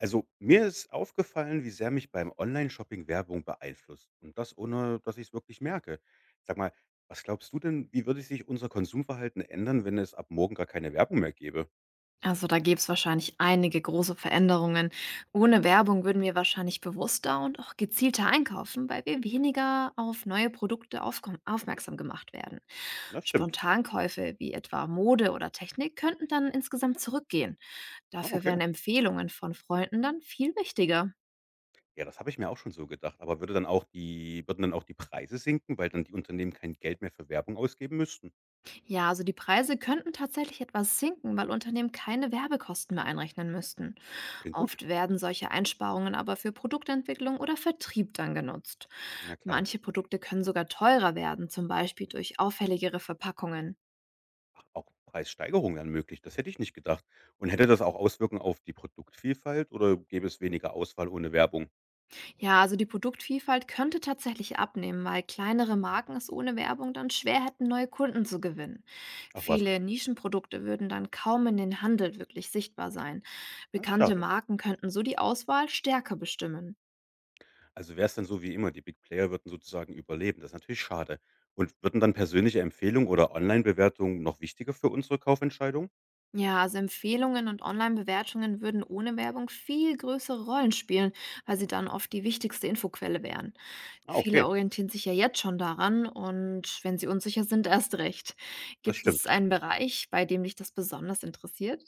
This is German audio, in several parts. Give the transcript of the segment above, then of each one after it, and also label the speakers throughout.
Speaker 1: Also, mir ist aufgefallen, wie sehr mich beim Online-Shopping Werbung beeinflusst und das ohne, dass ich es wirklich merke. Sag mal, was glaubst du denn, wie würde sich unser Konsumverhalten ändern, wenn es ab morgen gar keine Werbung mehr gäbe?
Speaker 2: Also da gäbe es wahrscheinlich einige große Veränderungen. Ohne Werbung würden wir wahrscheinlich bewusster und auch gezielter einkaufen, weil wir weniger auf neue Produkte aufmerksam gemacht werden.
Speaker 1: Das stimmt.
Speaker 2: Spontankäufe wie etwa Mode oder Technik könnten dann insgesamt zurückgehen.
Speaker 1: Ah,
Speaker 2: Dafür
Speaker 1: okay.
Speaker 2: wären Empfehlungen von Freunden dann viel wichtiger.
Speaker 1: Ja, das habe ich mir auch schon so gedacht, aber würden dann auch die Preise sinken, weil dann die Unternehmen kein Geld mehr für Werbung ausgeben müssten?
Speaker 2: Ja, also die Preise könnten tatsächlich etwas sinken, weil Unternehmen keine Werbekosten mehr einrechnen müssten.
Speaker 1: Klingt gut.
Speaker 2: Oft werden solche Einsparungen aber für Produktentwicklung oder Vertrieb dann genutzt.
Speaker 1: Na klar.
Speaker 2: Manche Produkte können sogar teurer werden, zum Beispiel durch auffälligere Verpackungen.
Speaker 1: Ach, auch Preissteigerungen wären möglich, das hätte ich nicht gedacht. Und hätte das auch Auswirkungen auf die Produktvielfalt oder gäbe es weniger Auswahl ohne Werbung?
Speaker 2: Ja, also die Produktvielfalt könnte tatsächlich abnehmen, weil kleinere Marken es ohne Werbung dann schwer hätten, neue Kunden zu gewinnen.
Speaker 1: Ach was.
Speaker 2: Viele Nischenprodukte würden dann kaum in den Handel wirklich sichtbar sein.
Speaker 1: Das ist
Speaker 2: Bekannte
Speaker 1: schade.
Speaker 2: Marken könnten so die Auswahl stärker bestimmen.
Speaker 1: Also wäre es dann so wie immer, die Big Player würden sozusagen überleben. Das ist natürlich schade. Und würden dann persönliche Empfehlungen oder Online-Bewertungen noch wichtiger für unsere Kaufentscheidung?
Speaker 2: Ja, also Empfehlungen und Online-Bewertungen würden ohne Werbung viel größere Rollen spielen, weil sie dann oft die wichtigste Infoquelle wären.
Speaker 1: Ah,
Speaker 2: Viele
Speaker 1: okay,
Speaker 2: orientieren sich ja jetzt schon daran und wenn sie unsicher sind, erst recht.
Speaker 1: das
Speaker 2: Gibt es
Speaker 1: stimmt.
Speaker 2: einen Bereich, bei dem dich das besonders interessiert?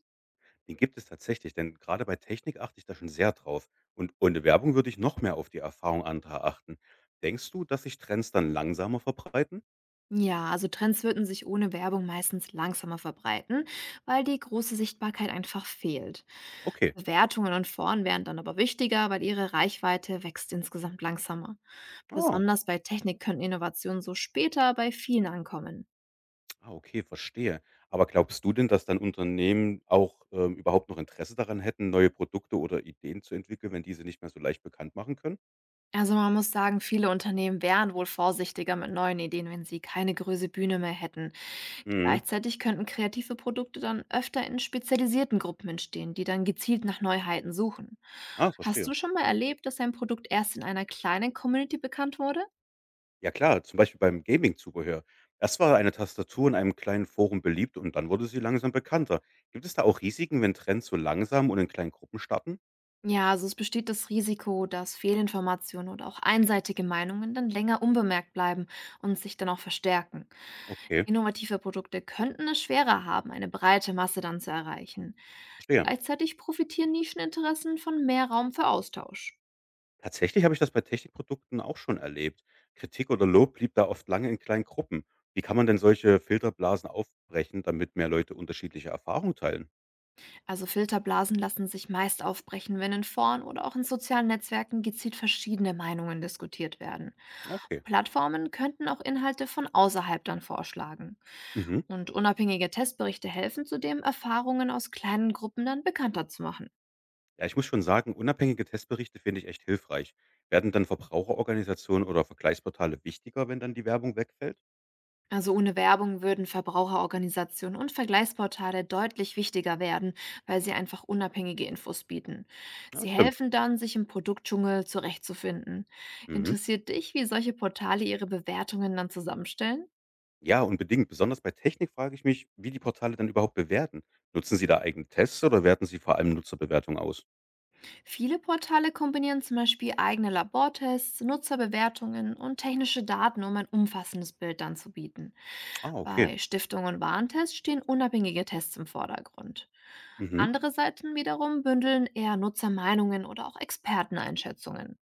Speaker 1: Den gibt es tatsächlich, denn gerade bei Technik achte ich da schon sehr drauf. Und ohne Werbung würde ich noch mehr auf die Erfahrung anderer achten. Denkst du, dass sich Trends dann langsamer verbreiten?
Speaker 2: Ja, also Trends würden sich ohne Werbung meistens langsamer verbreiten, weil die große Sichtbarkeit einfach fehlt.
Speaker 1: Okay.
Speaker 2: Bewertungen und Foren wären dann aber wichtiger, weil ihre Reichweite wächst insgesamt langsamer.
Speaker 1: Ah,
Speaker 2: Besonders bei Technik können Innovationen so später bei vielen ankommen.
Speaker 1: ah okay, verstehe. Aber glaubst du denn, dass dann Unternehmen auch überhaupt noch Interesse daran hätten, neue Produkte oder Ideen zu entwickeln, wenn diese nicht mehr so leicht bekannt machen können?
Speaker 2: Also man muss sagen, viele Unternehmen wären wohl vorsichtiger mit neuen Ideen, wenn sie keine große Bühne mehr hätten.
Speaker 1: Mhm.
Speaker 2: Gleichzeitig könnten kreative Produkte dann öfter in spezialisierten Gruppen entstehen, die dann gezielt nach Neuheiten suchen.
Speaker 1: Ah,
Speaker 2: Hast
Speaker 1: verstehe.
Speaker 2: du schon mal erlebt, dass ein Produkt erst in einer kleinen Community bekannt wurde?
Speaker 1: Ja klar, zum Beispiel beim Gaming-Zubehör. Erst war eine Tastatur in einem kleinen Forum beliebt und dann wurde sie langsam bekannter. Gibt es da auch Risiken, wenn Trends so langsam und in kleinen Gruppen starten?
Speaker 2: Ja, also es besteht das Risiko, dass Fehlinformationen oder auch einseitige Meinungen dann länger unbemerkt bleiben und sich dann auch verstärken.
Speaker 1: Okay,
Speaker 2: Innovative Produkte könnten es schwerer haben, eine breite Masse dann zu erreichen.
Speaker 1: verstehe.
Speaker 2: Gleichzeitig profitieren Nischeninteressen von mehr Raum für Austausch.
Speaker 1: Tatsächlich habe ich das bei Technikprodukten auch schon erlebt. Kritik oder Lob blieb da oft lange in kleinen Gruppen. Wie kann man denn solche Filterblasen aufbrechen, damit mehr Leute unterschiedliche Erfahrungen teilen?
Speaker 2: Also Filterblasen lassen sich meist aufbrechen, wenn in Foren oder auch in sozialen Netzwerken gezielt verschiedene Meinungen diskutiert werden.
Speaker 1: Okay.
Speaker 2: Plattformen könnten auch Inhalte von außerhalb dann vorschlagen.
Speaker 1: Mhm.
Speaker 2: Und unabhängige Testberichte helfen zudem, Erfahrungen aus kleinen Gruppen dann bekannter zu machen.
Speaker 1: Ja, ich muss schon sagen, unabhängige Testberichte finde ich echt hilfreich. Werden dann Verbraucherorganisationen oder Vergleichsportale wichtiger, wenn dann die Werbung wegfällt?
Speaker 2: Also ohne Werbung würden Verbraucherorganisationen und Vergleichsportale deutlich wichtiger werden, weil sie einfach unabhängige Infos bieten.
Speaker 1: Ja,
Speaker 2: Sie
Speaker 1: stimmt.
Speaker 2: helfen dann, sich im Produktdschungel zurechtzufinden.
Speaker 1: Mhm.
Speaker 2: Interessiert dich, wie solche Portale ihre Bewertungen dann zusammenstellen?
Speaker 1: Ja, unbedingt. Besonders bei Technik frage ich mich, wie die Portale dann überhaupt bewerten. Nutzen sie da eigene Tests oder werten sie vor allem Nutzerbewertungen aus?
Speaker 2: Viele Portale kombinieren zum Beispiel eigene Labortests, Nutzerbewertungen und technische Daten, um ein umfassendes Bild dann zu bieten.
Speaker 1: Ah, okay.
Speaker 2: Bei Stiftungen und Warentest stehen unabhängige Tests im Vordergrund.
Speaker 1: Mhm.
Speaker 2: Andere Seiten wiederum bündeln eher Nutzermeinungen oder auch Experteneinschätzungen.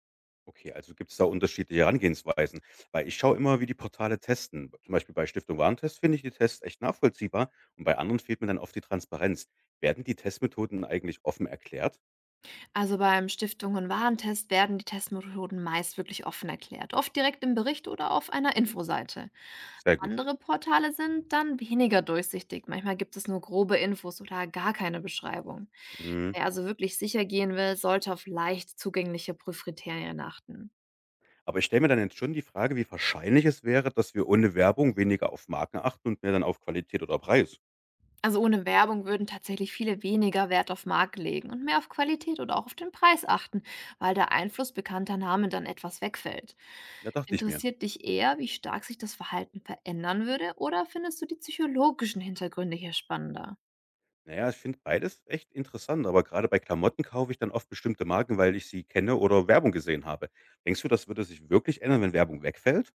Speaker 1: Okay, also gibt es da unterschiedliche Herangehensweisen. Weil ich schaue immer, wie die Portale testen. Zum Beispiel bei Stiftung Warentest finde ich die Tests echt nachvollziehbar und bei anderen fehlt mir dann oft die Transparenz. Werden die Testmethoden eigentlich offen erklärt?
Speaker 2: Also beim Stiftung- und Warentest werden die Testmethoden meist wirklich offen erklärt, oft direkt im Bericht oder auf einer Infoseite.
Speaker 1: Sehr gut.
Speaker 2: Andere Portale sind dann weniger durchsichtig. Manchmal gibt es nur grobe Infos oder gar keine Beschreibung.
Speaker 1: Mhm.
Speaker 2: Wer also wirklich sicher gehen will, sollte auf leicht zugängliche Prüfkriterien achten.
Speaker 1: Aber ich stelle mir dann jetzt schon die Frage, wie wahrscheinlich es wäre, dass wir ohne Werbung weniger auf Marken achten und mehr dann auf Qualität oder Preis.
Speaker 2: Also ohne Werbung würden tatsächlich viele weniger Wert auf Marke legen und mehr auf Qualität oder auch auf den Preis achten, weil der Einfluss bekannter Namen dann etwas wegfällt.
Speaker 1: Da dachte ich mir.
Speaker 2: Interessiert dich eher, wie stark sich das Verhalten verändern würde, oder findest du die psychologischen Hintergründe hier spannender?
Speaker 1: Naja, ich finde beides echt interessant, aber gerade bei Klamotten kaufe ich dann oft bestimmte Marken, weil ich sie kenne oder Werbung gesehen habe. Denkst du, das würde sich wirklich ändern, wenn Werbung wegfällt?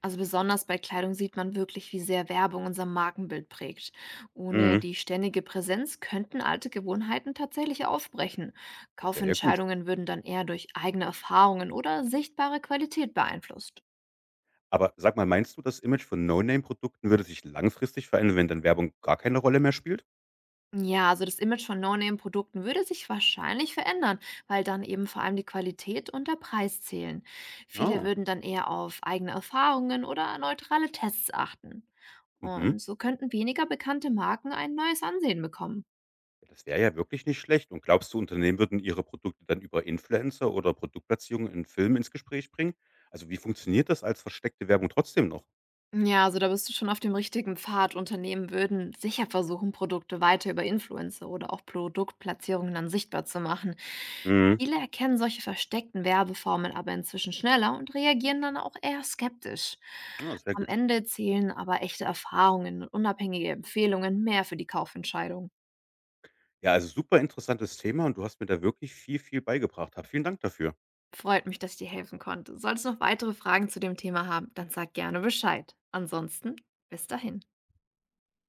Speaker 2: Also besonders bei Kleidung sieht man wirklich, wie sehr Werbung unser Markenbild prägt. Ohne
Speaker 1: Mhm.
Speaker 2: die ständige Präsenz könnten alte Gewohnheiten tatsächlich aufbrechen.
Speaker 1: Das wäre ja gut.
Speaker 2: Kaufentscheidungen würden dann eher durch eigene Erfahrungen oder sichtbare Qualität beeinflusst.
Speaker 1: Aber sag mal, meinst du, das Image von No-Name-Produkten würde sich langfristig verändern, wenn dann Werbung gar keine Rolle mehr spielt?
Speaker 2: Ja, also das Image von No-Name-Produkten würde sich wahrscheinlich verändern, weil dann eben vor allem die Qualität und der Preis zählen. Viele
Speaker 1: Ah.
Speaker 2: würden dann eher auf eigene Erfahrungen oder neutrale Tests achten.
Speaker 1: Mhm.
Speaker 2: Und so könnten weniger bekannte Marken ein neues Ansehen bekommen.
Speaker 1: Ja, das wäre ja wirklich nicht schlecht. Und glaubst du, Unternehmen würden ihre Produkte dann über Influencer oder Produktplatzierungen in Filmen ins Gespräch bringen? Also, wie funktioniert das als versteckte Werbung trotzdem noch?
Speaker 2: Ja, also da bist du schon auf dem richtigen Pfad. Unternehmen würden sicher versuchen, Produkte weiter über Influencer oder auch Produktplatzierungen dann sichtbar zu machen.
Speaker 1: Mhm.
Speaker 2: Viele erkennen solche versteckten Werbeformen aber inzwischen schneller und reagieren dann auch eher skeptisch.
Speaker 1: Ja, sehr
Speaker 2: Am
Speaker 1: gut.
Speaker 2: Ende zählen aber echte Erfahrungen und unabhängige Empfehlungen mehr für die Kaufentscheidung.
Speaker 1: Ja, also super interessantes Thema und du hast mir da wirklich viel, viel beigebracht. Hab vielen Dank dafür.
Speaker 2: Freut mich, dass ich dir helfen konnte. Solltest du noch weitere Fragen zu dem Thema haben, dann sag gerne Bescheid. Ansonsten, bis dahin.